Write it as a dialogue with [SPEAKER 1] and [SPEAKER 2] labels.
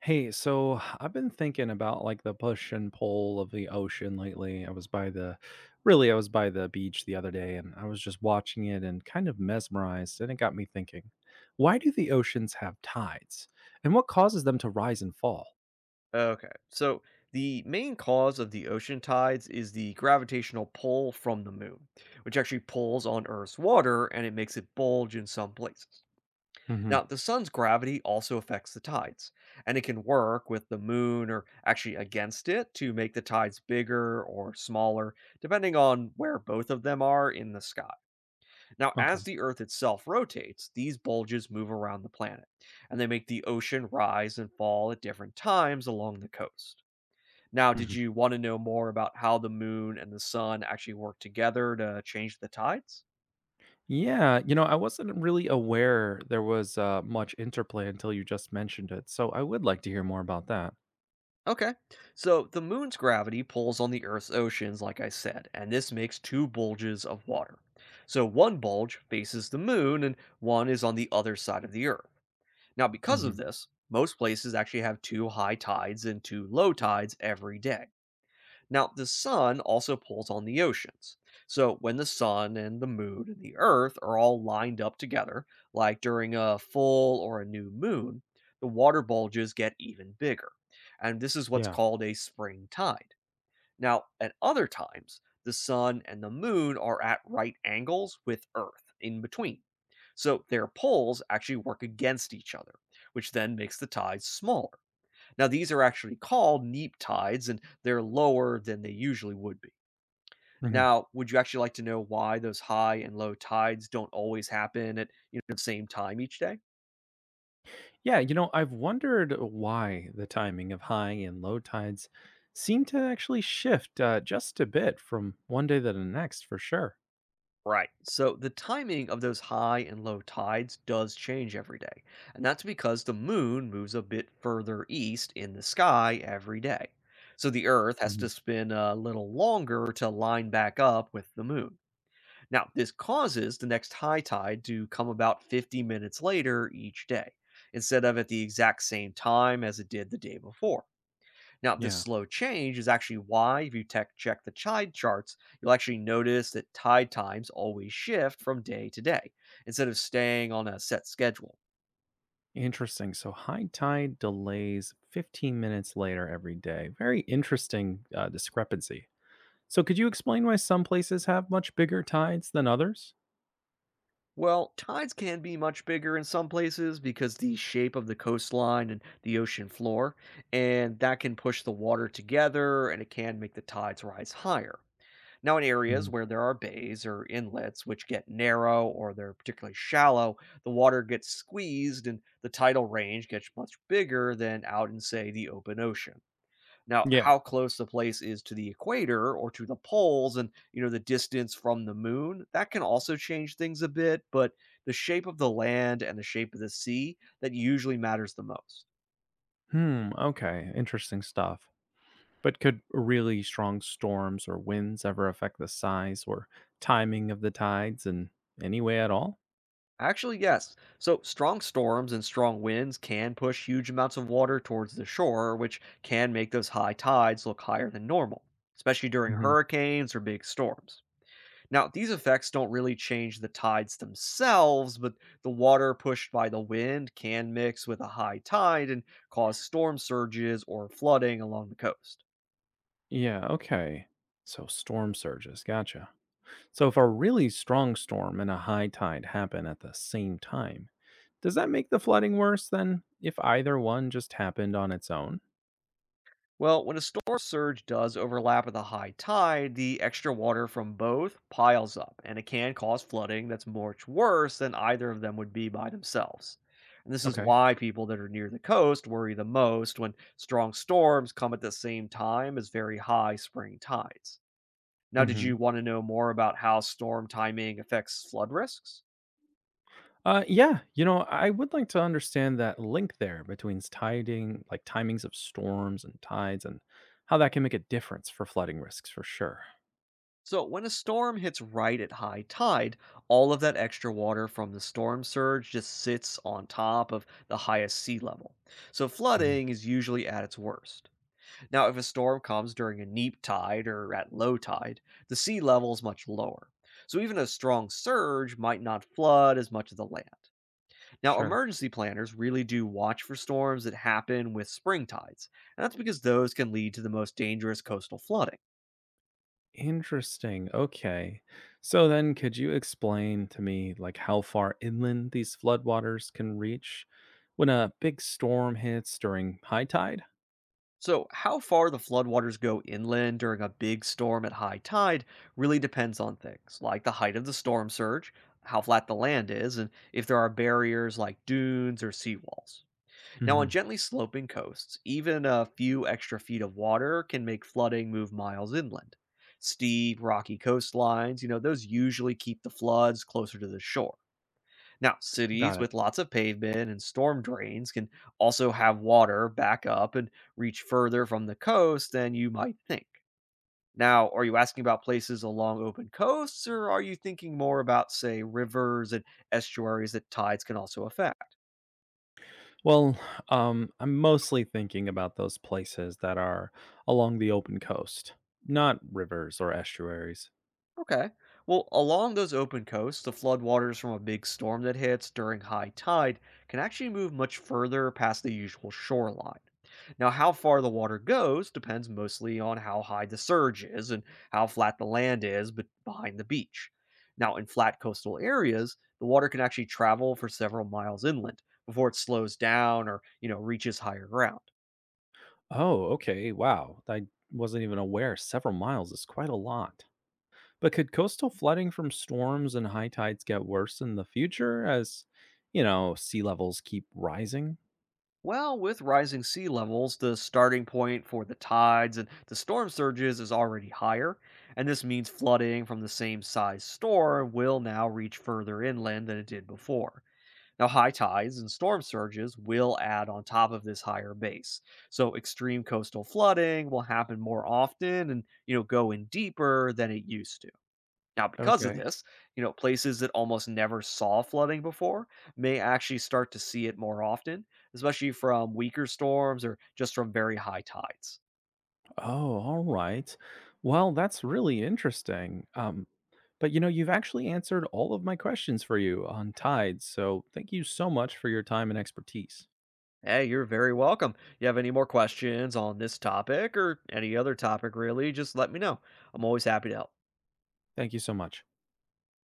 [SPEAKER 1] Hey, so I've been thinking about like the push and pull of the ocean lately. I was by the Really, I was by the beach the other day and I was just watching it and kind of mesmerized. And it got me thinking, why do the oceans have tides and what causes them to rise and fall?
[SPEAKER 2] Okay. So the main cause of the ocean tides is the gravitational pull from the moon, which actually pulls on Earth's water and it makes it bulge in some places. Now,
[SPEAKER 1] Hmm.
[SPEAKER 2] the sun's gravity also affects the tides, and it can work with the moon or actually against it to make the tides bigger or smaller, depending on where both of them are in the sky. Now,
[SPEAKER 1] Okay.
[SPEAKER 2] as the Earth itself rotates, these bulges move around the planet, and they make the ocean rise and fall at different times along the coast. Now, did
[SPEAKER 1] Hmm.
[SPEAKER 2] you want to know more about how the moon and the sun actually work together to change the tides?
[SPEAKER 1] Yeah. I wasn't really aware there was much interplay until you just mentioned it. So I would like to hear more about that.
[SPEAKER 2] Okay. So, the moon's gravity pulls on the Earth's oceans, like I said, and this makes two bulges of water. So, one bulge faces the moon, and one is on the other side of the Earth. Now, because
[SPEAKER 1] Hmm.
[SPEAKER 2] of this, most places actually have two high tides and two low tides every day. Now, the sun also pulls on the oceans. So, when the sun and the moon and the earth are all lined up together, like during a full or a new moon, the water bulges get even bigger. And this is what's
[SPEAKER 1] Yeah.
[SPEAKER 2] called a spring tide. Now, at other times, the sun and the moon are at right angles with earth in between. So, their poles actually work against each other, which then makes the tides smaller. Now, these are actually called neap tides, and they're lower than they usually would be. Now, would you actually like to know why those high and low tides don't always happen at the same time each day?
[SPEAKER 1] Yeah, I've wondered why the timing of high and low tides seem to actually shift just a bit from one day to the next, for sure.
[SPEAKER 2] Right. So, the timing of those high and low tides does change every day, and that's because the moon moves a bit further east in the sky every day. So, the Earth has to
[SPEAKER 1] Mhm.
[SPEAKER 2] spin a little longer to line back up with the moon. Now, this causes the next high tide to come about 50 minutes later each day, instead of at the exact same time as it did the day before. Now, this
[SPEAKER 1] Yeah,
[SPEAKER 2] slow change is actually why, if you tech check the tide charts, you'll actually notice that tide times always shift from day to day, instead of staying on a set schedule.
[SPEAKER 1] interesting. So high tide delays 15 minutes later every day. Very interesting discrepancy. So, could you explain why some places have much bigger tides than others?
[SPEAKER 2] Well, tides can be much bigger in some places because the shape of the coastline and the ocean floor, and that can push the water together and it can make the tides rise higher. Now, in areas
[SPEAKER 1] Mhm.
[SPEAKER 2] where there are bays or inlets which get narrow or they're particularly shallow, the water gets squeezed and the tidal range gets much bigger than out in, say, the open ocean. Now,
[SPEAKER 1] Yeah.
[SPEAKER 2] how close the place is to the equator or to the poles and, the distance from the moon, that can also change things a bit, but the shape of the land and the shape of the sea, that usually matters the most.
[SPEAKER 1] Hmm. Okay. Interesting stuff. But could really strong storms or winds ever affect the size or timing of the tides in any way at all?
[SPEAKER 2] Actually, yes. So, strong storms and strong winds can push huge amounts of water towards the shore, which can make those high tides look higher than normal, especially during
[SPEAKER 1] Hmm.
[SPEAKER 2] hurricanes or big storms. Now, these effects don't really change the tides themselves, but the water pushed by the wind can mix with a high tide and cause storm surges or flooding along the coast.
[SPEAKER 1] Yeah, okay. So storm surges, gotcha. So if a really strong storm and a high tide happen at the same time, does that make the flooding worse than if either one just happened on its own?
[SPEAKER 2] Well, when a storm surge does overlap with a high tide, the extra water from both piles up, and it can cause flooding that's much worse than either of them would be by themselves. And this is
[SPEAKER 1] Okay.
[SPEAKER 2] why people that are near the coast worry the most when strong storms come at the same time as very high spring tides. Now, did you want to know more about how storm timing affects flood risks?
[SPEAKER 1] Yeah, I would like to understand that link there between tiding, like timings of storms and tides, and how that can make a difference for flooding risks for sure.
[SPEAKER 2] So, when a storm hits right at high tide, all of that extra water from the storm surge just sits on top of the highest sea level. So,
[SPEAKER 1] Mhm.
[SPEAKER 2] flooding is usually at its worst. Now, if a storm comes during a neap tide or at low tide, the sea level is much lower. So, even a strong surge might not flood as much of the land. Now,
[SPEAKER 1] Sure.
[SPEAKER 2] emergency planners really do watch for storms that happen with spring tides, and that's because those can lead to the most dangerous coastal flooding.
[SPEAKER 1] Interesting. Okay. So then, could you explain to me, like, how far inland these floodwaters can reach when a big storm hits during high tide?
[SPEAKER 2] So, how far the floodwaters go inland during a big storm at high tide really depends on things like the height of the storm surge, how flat the land is, and if there are barriers like dunes or seawalls. Now, on
[SPEAKER 1] Hmm.
[SPEAKER 2] gently sloping coasts, even a few extra feet of water can make flooding move miles inland. Steep, rocky coastlines, those usually keep the floods closer to the shore. Now, cities
[SPEAKER 1] Got it.
[SPEAKER 2] with lots of pavement and storm drains can also have water back up and reach further from the coast than you might think. Now, are you asking about places along open coasts, or are you thinking more about, say, rivers and estuaries that tides can also affect?
[SPEAKER 1] Well, I'm mostly thinking about those places that are along the open coast, not rivers or estuaries.
[SPEAKER 2] Okay. Well, along those open coasts, the floodwaters from a big storm that hits during high tide can actually move much further past the usual shoreline. Now, how far the water goes depends mostly on how high the surge is and how flat the land is behind the beach. Now, in flat coastal areas, the water can actually travel for several miles inland before it slows down or, reaches higher ground.
[SPEAKER 1] Oh, okay. Wow. I wasn't even aware. Several miles is quite a lot. But could coastal flooding from storms and high tides get worse in the future as, you know, sea levels keep rising?
[SPEAKER 2] Well, with rising sea levels, the starting point for the tides and the storm surges is already higher, and this means flooding from the same size storm will now reach further inland than it did before. Now, high tides and storm surges will add on top of this higher base. So, extreme coastal flooding will happen more often and, go in deeper than it used to. Now, because of
[SPEAKER 1] Okay.
[SPEAKER 2] this, places that almost never saw flooding before may actually start to see it more often, especially from weaker storms or just from very high tides.
[SPEAKER 1] Oh, all right. Well, that's really interesting. But you've actually answered all of my questions for you on tides. So thank you so much for your time and expertise.
[SPEAKER 2] Hey, you're very welcome. You have any more questions on this topic or any other topic, really, just let me know. I'm always happy to help.
[SPEAKER 1] Thank you so much.